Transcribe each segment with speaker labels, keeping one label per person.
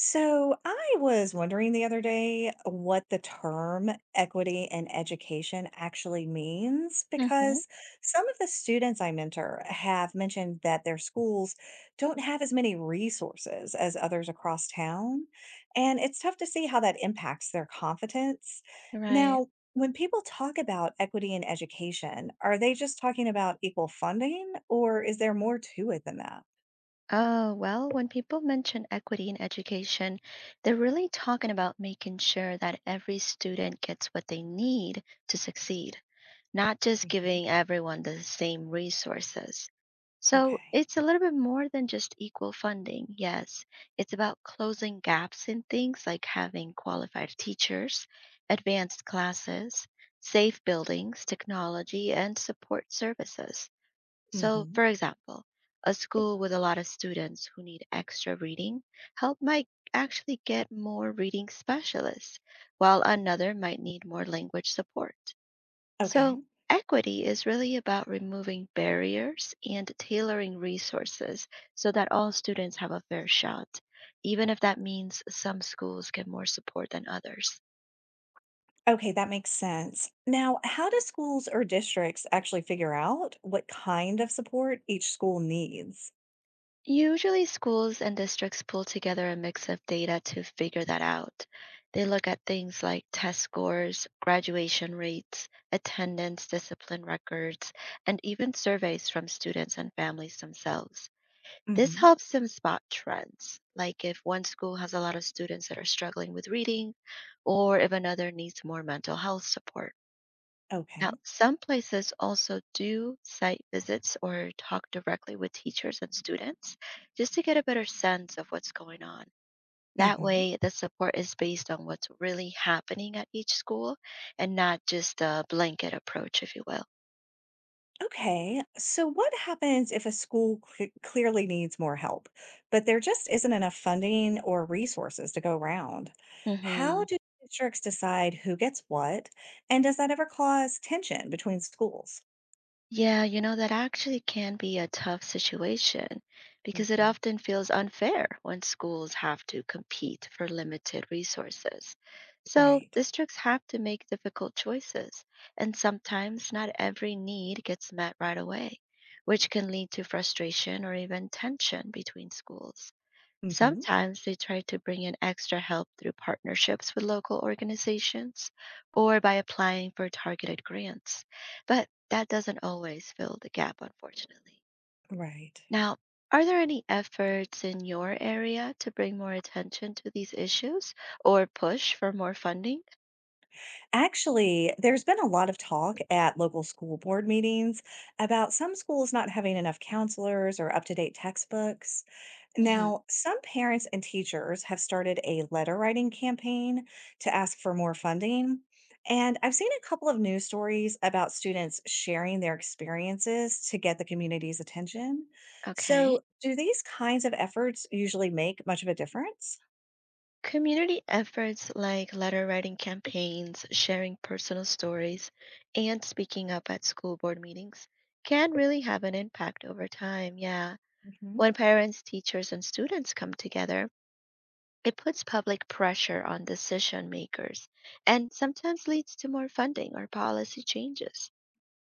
Speaker 1: So I was wondering the other day what the term equity in education actually means
Speaker 2: hmm
Speaker 1: because some of the students I mentor have mentioned that their schools don't have as many resources as others across town, and it's tough to see how that impacts their confidence.
Speaker 2: Right.
Speaker 1: Now, when people talk about equity in education, are they just talking about equal funding, or is there more to it than that?
Speaker 2: Oh, well, when people mention equity in education, they're really talking about making sure that every student gets what they need to succeed, not just
Speaker 1: Mhm.
Speaker 2: giving everyone the same resources. So
Speaker 1: Okay.
Speaker 2: it's a little bit more than just equal funding. Yes, it's about closing gaps in things like having qualified teachers, advanced classes, safe buildings, technology, and support services. So,
Speaker 1: Hmm.
Speaker 2: for example, a school with a lot of students who need extra reading help might actually get more reading specialists, while another might need more language support.
Speaker 1: Okay.
Speaker 2: So, equity is really about removing barriers and tailoring resources so that all students have a fair shot, even if that means some schools get more support than others.
Speaker 1: Okay, that makes sense. Now, how do schools or districts actually figure out what kind of support each school needs?
Speaker 2: Usually, schools and districts pull together a mix of data to figure that out. They look at things like test scores, graduation rates, attendance, discipline records, and even surveys from students and families themselves. This
Speaker 1: Hmm.
Speaker 2: helps them spot trends, like if one school has a lot of students that are struggling with reading, or if another needs more mental health support. Now,
Speaker 1: Okay.
Speaker 2: some places also do site visits or talk directly with teachers and students just to get a better sense of what's going on. That
Speaker 1: Hmm.
Speaker 2: way, the support is based on what's really happening at each school and not just a blanket approach, if you will.
Speaker 1: Okay. So, what happens if a school clearly needs more help, but there just isn't enough funding or resources to go around? How
Speaker 2: hmm
Speaker 1: do districts decide who gets what? And does that ever cause tension between schools?
Speaker 2: Yeah, you know, that actually can be a tough situation because it
Speaker 1: Hmm.
Speaker 2: often feels unfair when schools have to compete for limited resources. So,
Speaker 1: Right.
Speaker 2: districts have to make difficult choices, and sometimes not every need gets met right away, which can lead to frustration or even tension between schools.
Speaker 1: Hmm.
Speaker 2: Sometimes they try to bring in extra help through partnerships with local organizations or by applying for targeted grants, but that doesn't always fill the gap, unfortunately.
Speaker 1: Right.
Speaker 2: Now, are there any efforts in your area to bring more attention to these issues or push for more funding?
Speaker 1: Actually, there's been a lot of talk at local school board meetings about some schools not having enough counselors or up to date textbooks.
Speaker 2: hmm
Speaker 1: Now, some parents and teachers have started a letter writing campaign to ask for more funding. And I've seen a couple of news stories about students sharing their experiences to get the community's attention.
Speaker 2: Okay.
Speaker 1: So, do these kinds of efforts usually make much of a difference?
Speaker 2: Community efforts like letter writing campaigns, sharing personal stories, and speaking up at school board meetings can really have an impact over time. Yeah.
Speaker 1: Mhm.
Speaker 2: When parents, teachers, and students come together, it puts public pressure on decision makers and sometimes leads to more funding or policy changes.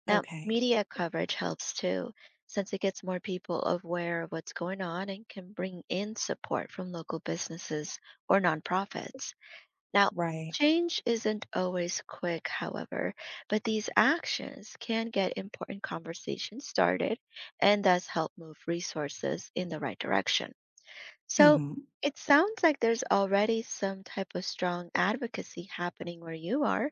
Speaker 2: Now,
Speaker 1: Okay.
Speaker 2: media coverage helps too, since it gets more people aware of what's going on and can bring in support from local businesses or nonprofits. Now,
Speaker 1: Right.
Speaker 2: change isn't always quick, however, but these actions can get important conversations started and thus help move resources in the right direction. So,
Speaker 1: Mhm.
Speaker 2: it sounds like there's already some type of strong advocacy happening where you are.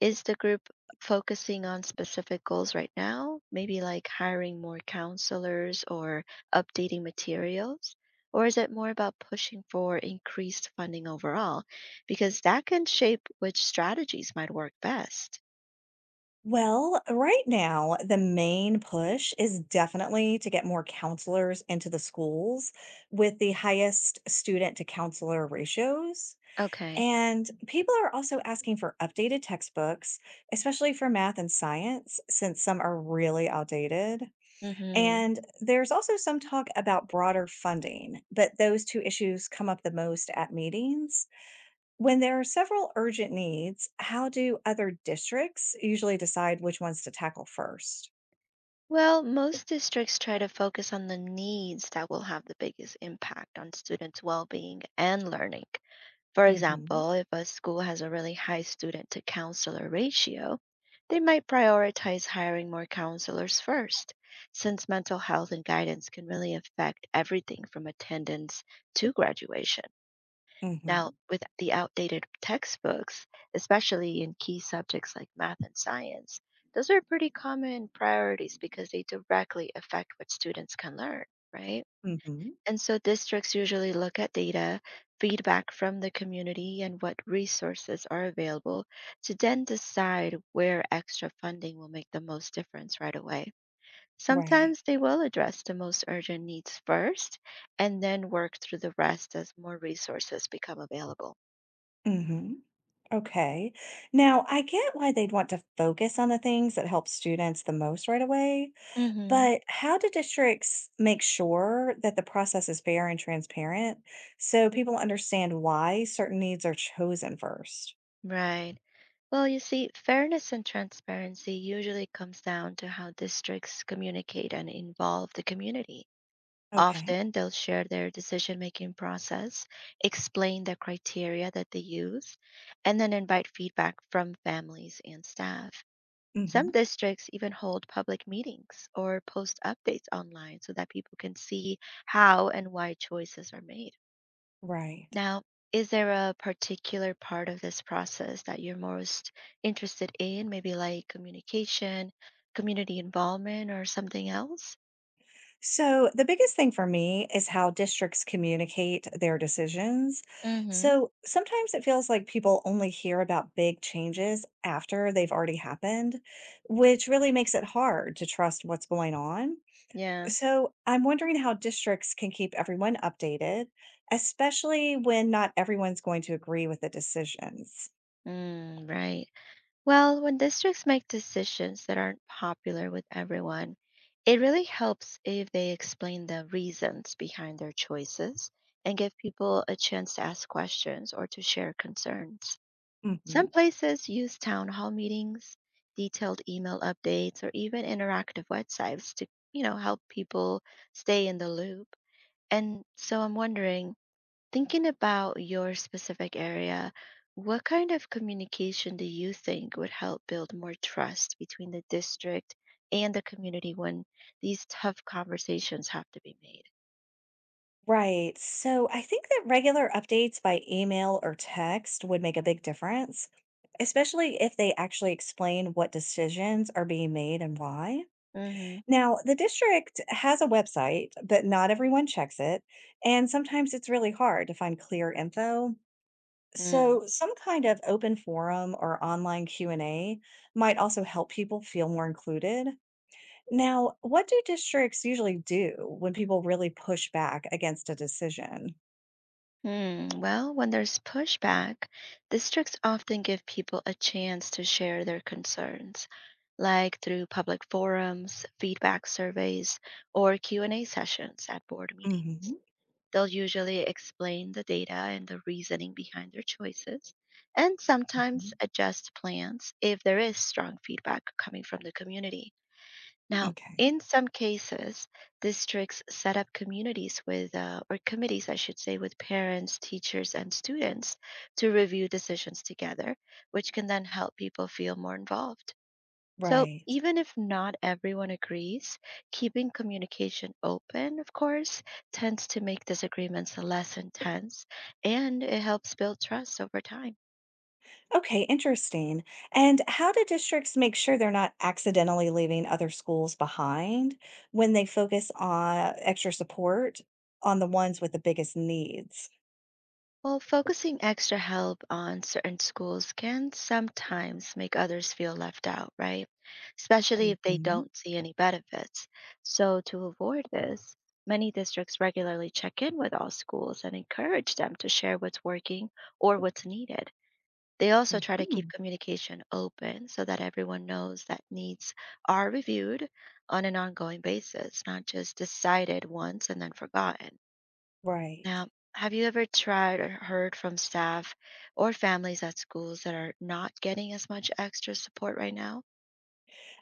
Speaker 2: Is the group focusing on specific goals right now? Maybe like hiring more counselors or updating materials? Or is it more about pushing for increased funding overall? Because that can shape which strategies might work best.
Speaker 1: Well, right now, the main push is definitely to get more counselors into the schools with the highest student to counselor ratios.
Speaker 2: Okay.
Speaker 1: And people are also asking for updated textbooks, especially for math and science, since some are really outdated.
Speaker 2: hmm
Speaker 1: And there's also some talk about broader funding, but those two issues come up the most at meetings. When there are several urgent needs, how do other districts usually decide which ones to tackle 1st?
Speaker 2: Well, most districts try to focus on the needs that will have the biggest impact on students' well being and learning. For
Speaker 1: Mm-hmm.
Speaker 2: example, if a school has a really high student to counselor ratio, they might prioritize hiring more counselors first, since mental health and guidance can really affect everything from attendance to graduation. Now,
Speaker 1: Mm-hmm.
Speaker 2: with the outdated textbooks, especially in key subjects like math and science, those are pretty common priorities because they directly affect what students can learn, right?
Speaker 1: Mm-hmm.
Speaker 2: And so districts usually look at data, feedback from the community, and what resources are available to then decide where extra funding will make the most difference right away.
Speaker 1: Right.
Speaker 2: Sometimes they will address the most urgent needs first and then work through the rest as more resources become available.
Speaker 1: Mm-hmm. Okay. Now, I get why they'd want to focus on the things that help students the most right away,
Speaker 2: hmm
Speaker 1: but how do districts make sure that the process is fair and transparent so people understand why certain needs are chosen first?
Speaker 2: Right. Well, you see, fairness and transparency usually comes down to how districts communicate and involve the community.
Speaker 1: Okay.
Speaker 2: Often, they'll share their decision making process, explain the criteria that they use, and then invite feedback from families and staff. Some
Speaker 1: Hmm.
Speaker 2: districts even hold public meetings or post updates online so that people can see how and why choices are made.
Speaker 1: Right.
Speaker 2: Now, is there a particular part of this process that you're most interested in? Maybe like communication, community involvement, or something else?
Speaker 1: So, the biggest thing for me is how districts communicate their decisions.
Speaker 2: Mm hmm.
Speaker 1: So, sometimes it feels like people only hear about big changes after they've already happened, which really makes it hard to trust what's going on.
Speaker 2: Yeah.
Speaker 1: So I'm wondering how districts can keep everyone updated, especially when not everyone's going to agree with the decisions.
Speaker 2: Mm, right. Well, when districts make decisions that aren't popular with everyone, it really helps if they explain the reasons behind their choices and give people a chance to ask questions or to share concerns. Some
Speaker 1: Mhm.
Speaker 2: places use town hall meetings, detailed email updates, or even interactive websites to, help people stay in the loop. And so I'm wondering, thinking about your specific area, what kind of communication do you think would help build more trust between the district and the community when these tough conversations have to be made?
Speaker 1: Right. So I think that regular updates by email or text would make a big difference, especially if they actually explain what decisions are being made and why.
Speaker 2: Mm-hmm.
Speaker 1: Now, the district has a website, but not everyone checks it. And sometimes it's really hard to find clear info.
Speaker 2: Mm.
Speaker 1: So, some kind of open forum or online Q&A might also help people feel more included. Now, what do districts usually do when people really push back against a decision?
Speaker 2: Hmm. Well, when there's pushback, districts often give people a chance to share their concerns, like through public forums, feedback surveys, or Q&A sessions at board meetings.
Speaker 1: Hmm.
Speaker 2: They'll usually explain the data and the reasoning behind their choices, and sometimes
Speaker 1: Hmm.
Speaker 2: adjust plans if there is strong feedback coming from the community. Now,
Speaker 1: Okay.
Speaker 2: in some cases, districts set up communities with, or committees, I should say, with parents, teachers, and students to review decisions together, which can then help people feel more involved. So,
Speaker 1: Right.
Speaker 2: even if not everyone agrees, keeping communication open, of course, tends to make disagreements less intense and it helps build trust over time.
Speaker 1: Okay, interesting. And how do districts make sure they're not accidentally leaving other schools behind when they focus on extra support on the ones with the biggest needs?
Speaker 2: Well, focusing extra help on certain schools can sometimes make others feel left out, right? Especially if they
Speaker 1: Hmm.
Speaker 2: don't see any benefits. So, to avoid this, many districts regularly check in with all schools and encourage them to share what's working or what's needed. They also try to keep
Speaker 1: Hmm.
Speaker 2: communication open so that everyone knows that needs are reviewed on an ongoing basis, not just decided once and then forgotten.
Speaker 1: Right.
Speaker 2: Now, have you ever tried or heard from staff or families at schools that are not getting as much extra support right now?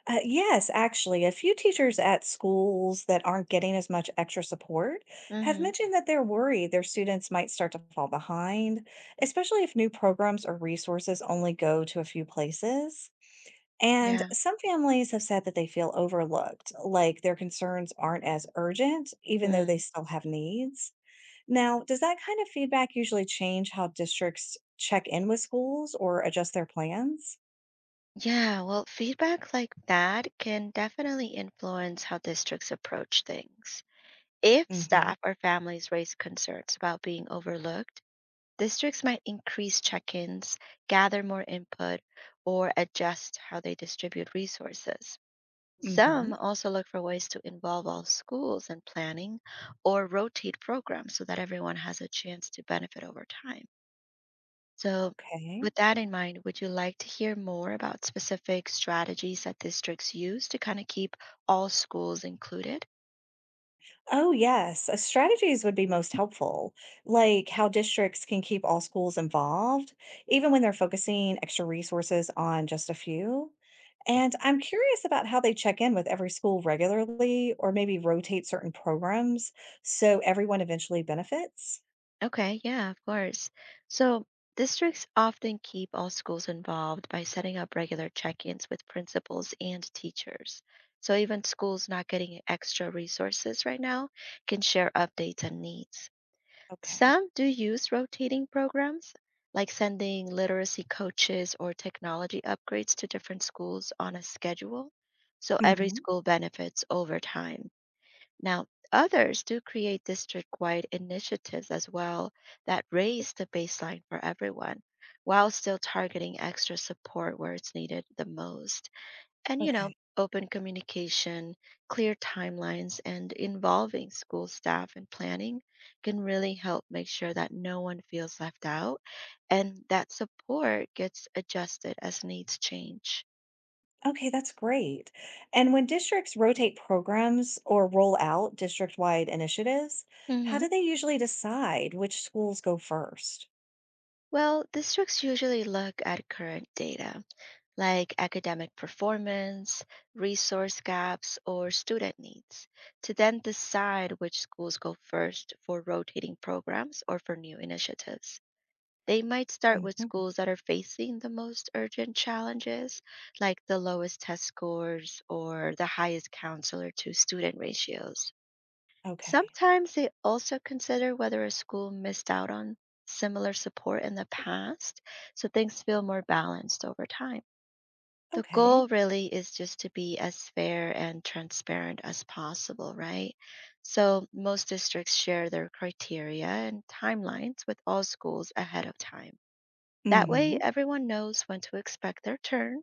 Speaker 1: Yes, actually, a few teachers at schools that aren't getting as much extra support have
Speaker 2: Mm-hmm.
Speaker 1: mentioned that they're worried their students might start to fall behind, especially if new programs or resources only go to a few places. And
Speaker 2: Yeah.
Speaker 1: some families have said that they feel overlooked, like their concerns aren't as urgent, even though they
Speaker 2: Mm.
Speaker 1: still have needs. Now, does that kind of feedback usually change how districts check in with schools or adjust their plans?
Speaker 2: Yeah, well, feedback like that can definitely influence how districts approach things. If
Speaker 1: Hmm.
Speaker 2: staff or families raise concerns about being overlooked, districts might increase check ins, gather more input, or adjust how they distribute resources.
Speaker 1: Hmm.
Speaker 2: Some also look for ways to involve all schools in planning or rotate programs so that everyone has a chance to benefit over time. So,
Speaker 1: Okay.
Speaker 2: with that in mind, would you like to hear more about specific strategies that districts use to kind of keep all schools included?
Speaker 1: Oh, yes. Strategies would be most helpful, like how districts can keep all schools involved, even when they're focusing extra resources on just a few. And I'm curious about how they check in with every school regularly or maybe rotate certain programs so everyone eventually benefits.
Speaker 2: Okay, yeah, of course. So districts often keep all schools involved by setting up regular check-ins with principals and teachers. So even schools not getting extra resources right now can share updates and needs.
Speaker 1: Okay.
Speaker 2: Some do use rotating programs, like sending literacy coaches or technology upgrades to different schools on a schedule. So every
Speaker 1: Hmm.
Speaker 2: school benefits over time. Now, others do create district wide initiatives as well that raise the baseline for everyone while still targeting extra support where it's needed the most. And,
Speaker 1: Okay.
Speaker 2: open communication, clear timelines, and involving school staff in planning can really help make sure that no one feels left out and that support gets adjusted as needs change.
Speaker 1: Okay, that's great. And when districts rotate programs or roll out district wide initiatives, how
Speaker 2: Mhm.
Speaker 1: do they usually decide which schools go first?
Speaker 2: Well, districts usually look at current data like academic performance, resource gaps, or student needs, to then decide which schools go first for rotating programs or for new initiatives. They might start with
Speaker 1: Mhm.
Speaker 2: schools that are facing the most urgent challenges, like the lowest test scores or the highest counselor to student ratios.
Speaker 1: Okay.
Speaker 2: Sometimes they also consider whether a school missed out on similar support in the past, so things feel more balanced over time. The
Speaker 1: Okay.
Speaker 2: goal really is just to be as fair and transparent as possible, right? So most districts share their criteria and timelines with all schools ahead of time. That way,
Speaker 1: Hmm.
Speaker 2: everyone knows when to expect their turn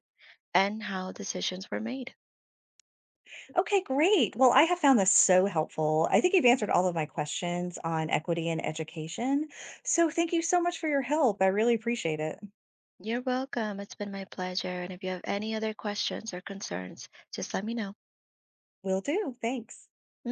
Speaker 2: and how decisions were made.
Speaker 1: Okay, great. Well, I have found this so helpful. I think you've answered all of my questions on equity and education. So thank you so much for your help. I really appreciate it.
Speaker 2: You're welcome. It's been my pleasure. And if you have any other questions or concerns, just let me know.
Speaker 1: Will do. Thanks.
Speaker 2: Mm-hmm.